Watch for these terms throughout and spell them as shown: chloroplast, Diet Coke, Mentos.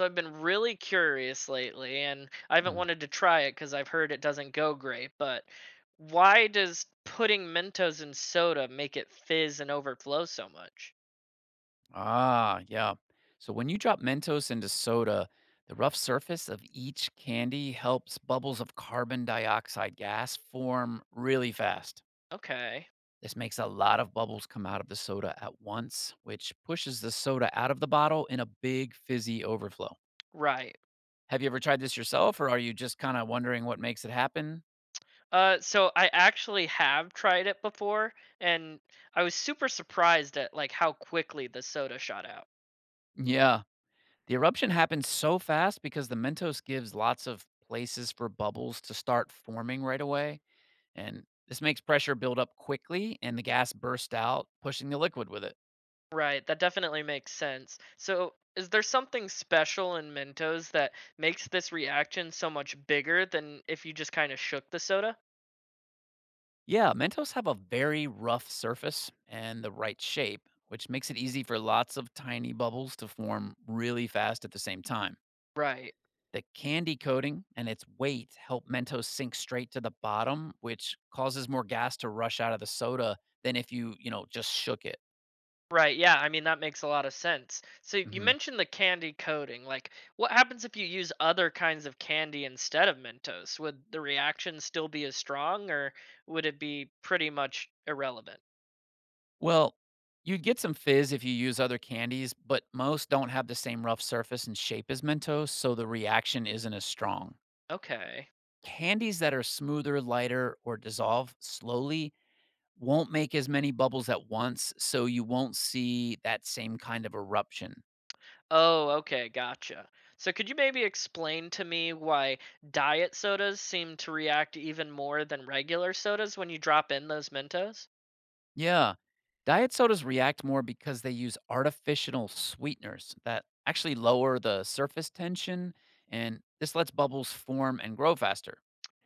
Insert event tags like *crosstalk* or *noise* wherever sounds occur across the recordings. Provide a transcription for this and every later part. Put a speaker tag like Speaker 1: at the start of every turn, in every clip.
Speaker 1: So I've been really curious lately, and I haven't
Speaker 2: Mm.
Speaker 1: wanted to try it because I've heard it doesn't go great. But why does putting Mentos in soda make it fizz and overflow so much?
Speaker 2: Ah, yeah. So when you drop Mentos into soda, the rough surface of each candy helps bubbles of carbon dioxide gas form really fast.
Speaker 1: Okay,
Speaker 2: This makes a lot of bubbles come out of the soda at once, which pushes the soda out of the bottle in a big fizzy overflow.
Speaker 1: right.
Speaker 2: Have you ever tried this yourself, or are you just kind of wondering what makes it happen?
Speaker 1: So I actually have tried it before, and I was super surprised at like how quickly the soda shot out.
Speaker 2: Yeah. The eruption happens so fast because the Mentos gives lots of places for bubbles to start forming right away and this makes pressure build up quickly and the gas bursts out, pushing the liquid with it.
Speaker 1: Right, that definitely makes sense. So is there something special in Mentos that makes this reaction so much bigger than if you just kind of shook the soda?
Speaker 2: Yeah, Mentos have a very rough surface and the right shape, which makes it easy for lots of tiny bubbles to form really fast at the same time.
Speaker 1: Right.
Speaker 2: The candy coating and its weight help Mentos sink straight to the bottom, which causes more gas to rush out of the soda than if you just shook it.
Speaker 1: Right. Yeah. I mean, that makes a lot of sense. So you
Speaker 2: Mhm.
Speaker 1: mentioned the candy coating. Like, what happens if you use other kinds of candy instead of Mentos? Would the reaction still be as strong or would it be pretty much irrelevant?
Speaker 2: Well, you get some fizz if you use other candies, but most don't have the same rough surface and shape as Mentos, so the reaction isn't as strong.
Speaker 1: Okay.
Speaker 2: Candies that are smoother, lighter, or dissolve slowly won't make as many bubbles at once, so you won't see that same kind of eruption.
Speaker 1: Oh, okay. Gotcha. So could you maybe explain to me why diet sodas seem to react even more than regular sodas when you drop in those Mentos?
Speaker 2: Yeah, diet sodas react more because they use artificial sweeteners that actually lower the surface tension, and this lets bubbles form and grow faster.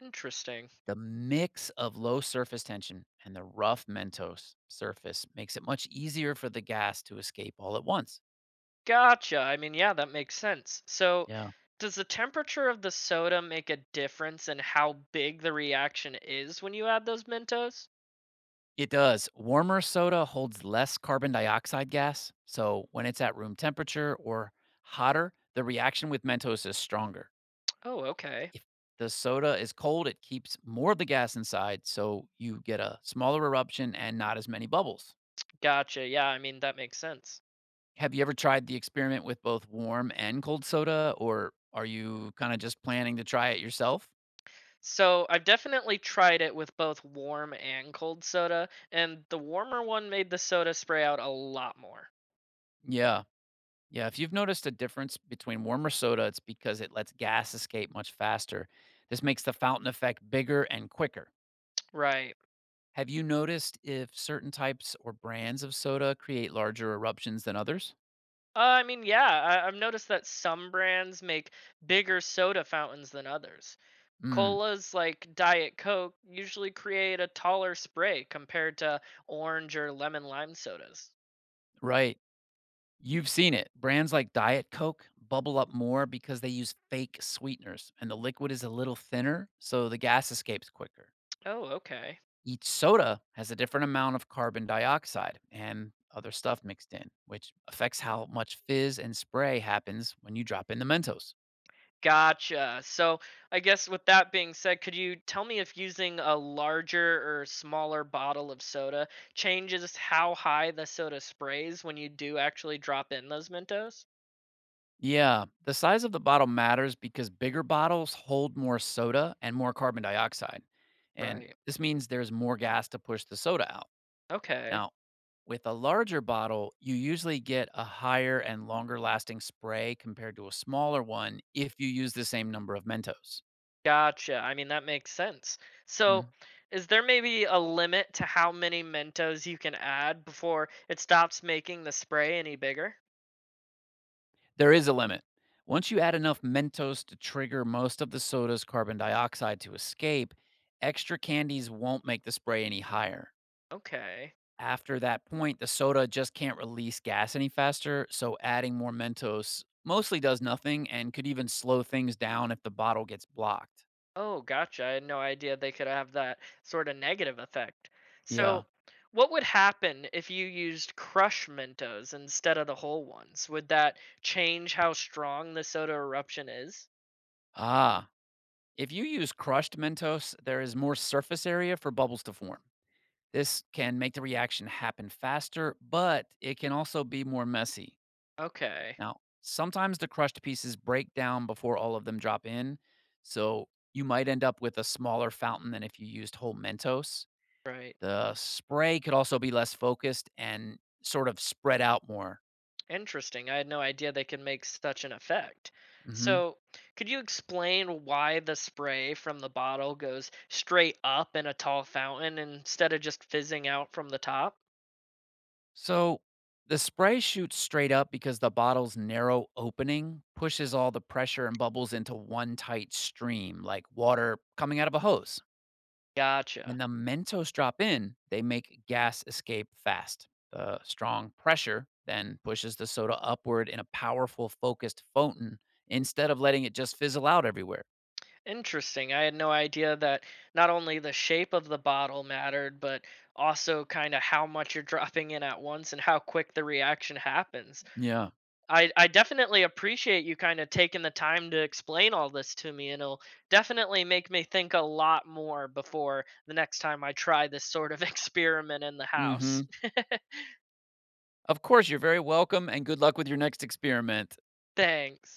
Speaker 1: Interesting.
Speaker 2: The mix of low surface tension and the rough Mentos surface makes it much easier for the gas to escape all at once.
Speaker 1: Gotcha. I mean, yeah, that makes sense. So,
Speaker 2: Yeah.
Speaker 1: does the temperature of the soda make a difference in how big the reaction is when you add those Mentos?
Speaker 2: It does. Warmer soda holds less carbon dioxide gas. So when it's at room temperature or hotter, the reaction with Mentos is stronger.
Speaker 1: Oh, okay.
Speaker 2: If the soda is cold, it keeps more of the gas inside. So you get a smaller eruption and not as many bubbles.
Speaker 1: Gotcha. Yeah, I mean, that makes sense.
Speaker 2: Have you ever tried the experiment with both warm and cold soda, or are you kind of just planning to try it yourself?
Speaker 1: So, I've definitely tried it with both warm and cold soda, and the warmer one made the soda spray out a lot more.
Speaker 2: Yeah. Yeah. If you've noticed a difference between warmer soda, it's because it lets gas escape much faster. This makes the fountain effect bigger and quicker.
Speaker 1: Right.
Speaker 2: Have you noticed if certain types or brands of soda create larger eruptions than others?
Speaker 1: I mean, yeah, I've noticed that some brands make bigger soda fountains than others.
Speaker 2: Mm,
Speaker 1: Colas like Diet Coke usually create a taller spray compared to orange or lemon lime sodas.
Speaker 2: right. You've seen it. Brands like Diet Coke bubble up more because they use fake sweeteners and the liquid is a little thinner, so the gas escapes quicker.
Speaker 1: Oh, okay.
Speaker 2: Each soda has a different amount of carbon dioxide and other stuff mixed in, which affects how much fizz and spray happens when you drop in the Mentos.
Speaker 1: Gotcha. So, I guess with that being said, could you tell me if using a larger or smaller bottle of soda changes how high the soda sprays when you do actually drop in those Mentos?
Speaker 2: Yeah, the size of the bottle matters because bigger bottles hold more soda and more carbon dioxide. And
Speaker 1: Right.
Speaker 2: this means there's more gas to push the soda out.
Speaker 1: Okay.
Speaker 2: Now, with a larger bottle, you usually get a higher and longer lasting spray compared to a smaller one if you use the same number of Mentos.
Speaker 1: Gotcha. I mean, that makes sense. So, is there maybe a limit to how many Mentos you can add before it stops making the spray any bigger?
Speaker 2: There is a limit. Once you add enough Mentos to trigger most of the soda's carbon dioxide to escape, extra candies won't make the spray any higher.
Speaker 1: Okay.
Speaker 2: After that point, the soda just can't release gas any faster, so adding more Mentos mostly does nothing and could even slow things down if the bottle gets blocked.
Speaker 1: Oh, gotcha. I had no idea they could have that sort of negative effect.
Speaker 2: Yeah.
Speaker 1: So, what would happen if you used crushed Mentos instead of the whole ones? Would that change how strong the soda eruption is?
Speaker 2: Ah. If you use crushed Mentos, there is more surface area for bubbles to form. This can make the reaction happen faster, but it can also be more messy.
Speaker 1: Okay.
Speaker 2: Now, sometimes the crushed pieces break down before all of them drop in, so you might end up with a smaller fountain than if you used whole Mentos.
Speaker 1: Right.
Speaker 2: The spray could also be less focused and sort of spread out more.
Speaker 1: Interesting. I had no idea they could make such an effect.
Speaker 2: Hmm.
Speaker 1: So, could you explain why the spray from the bottle goes straight up in a tall fountain instead of just fizzing out from the top?
Speaker 2: So the spray shoots straight up because the bottle's narrow opening pushes all the pressure and bubbles into one tight stream, like water coming out of a hose. When
Speaker 1: Gotcha.
Speaker 2: the Mentos drop in, they make gas escape fast. The strong pressure then pushes the soda upward in a powerful, focused fountain instead of letting it just fizzle out everywhere.
Speaker 1: Interesting. I had no idea that not only the shape of the bottle mattered, but also kind of how much you're dropping in at once and how quick the reaction happens.
Speaker 2: Yeah.
Speaker 1: I definitely appreciate you kind of taking the time to explain all this to me, and it'll definitely make me think a lot more before the next time I try this sort of *laughs* experiment in the
Speaker 2: Mm hmm.
Speaker 1: house.
Speaker 2: Of course, you're very welcome and good luck with your next experiment.
Speaker 1: *laughs* Thanks.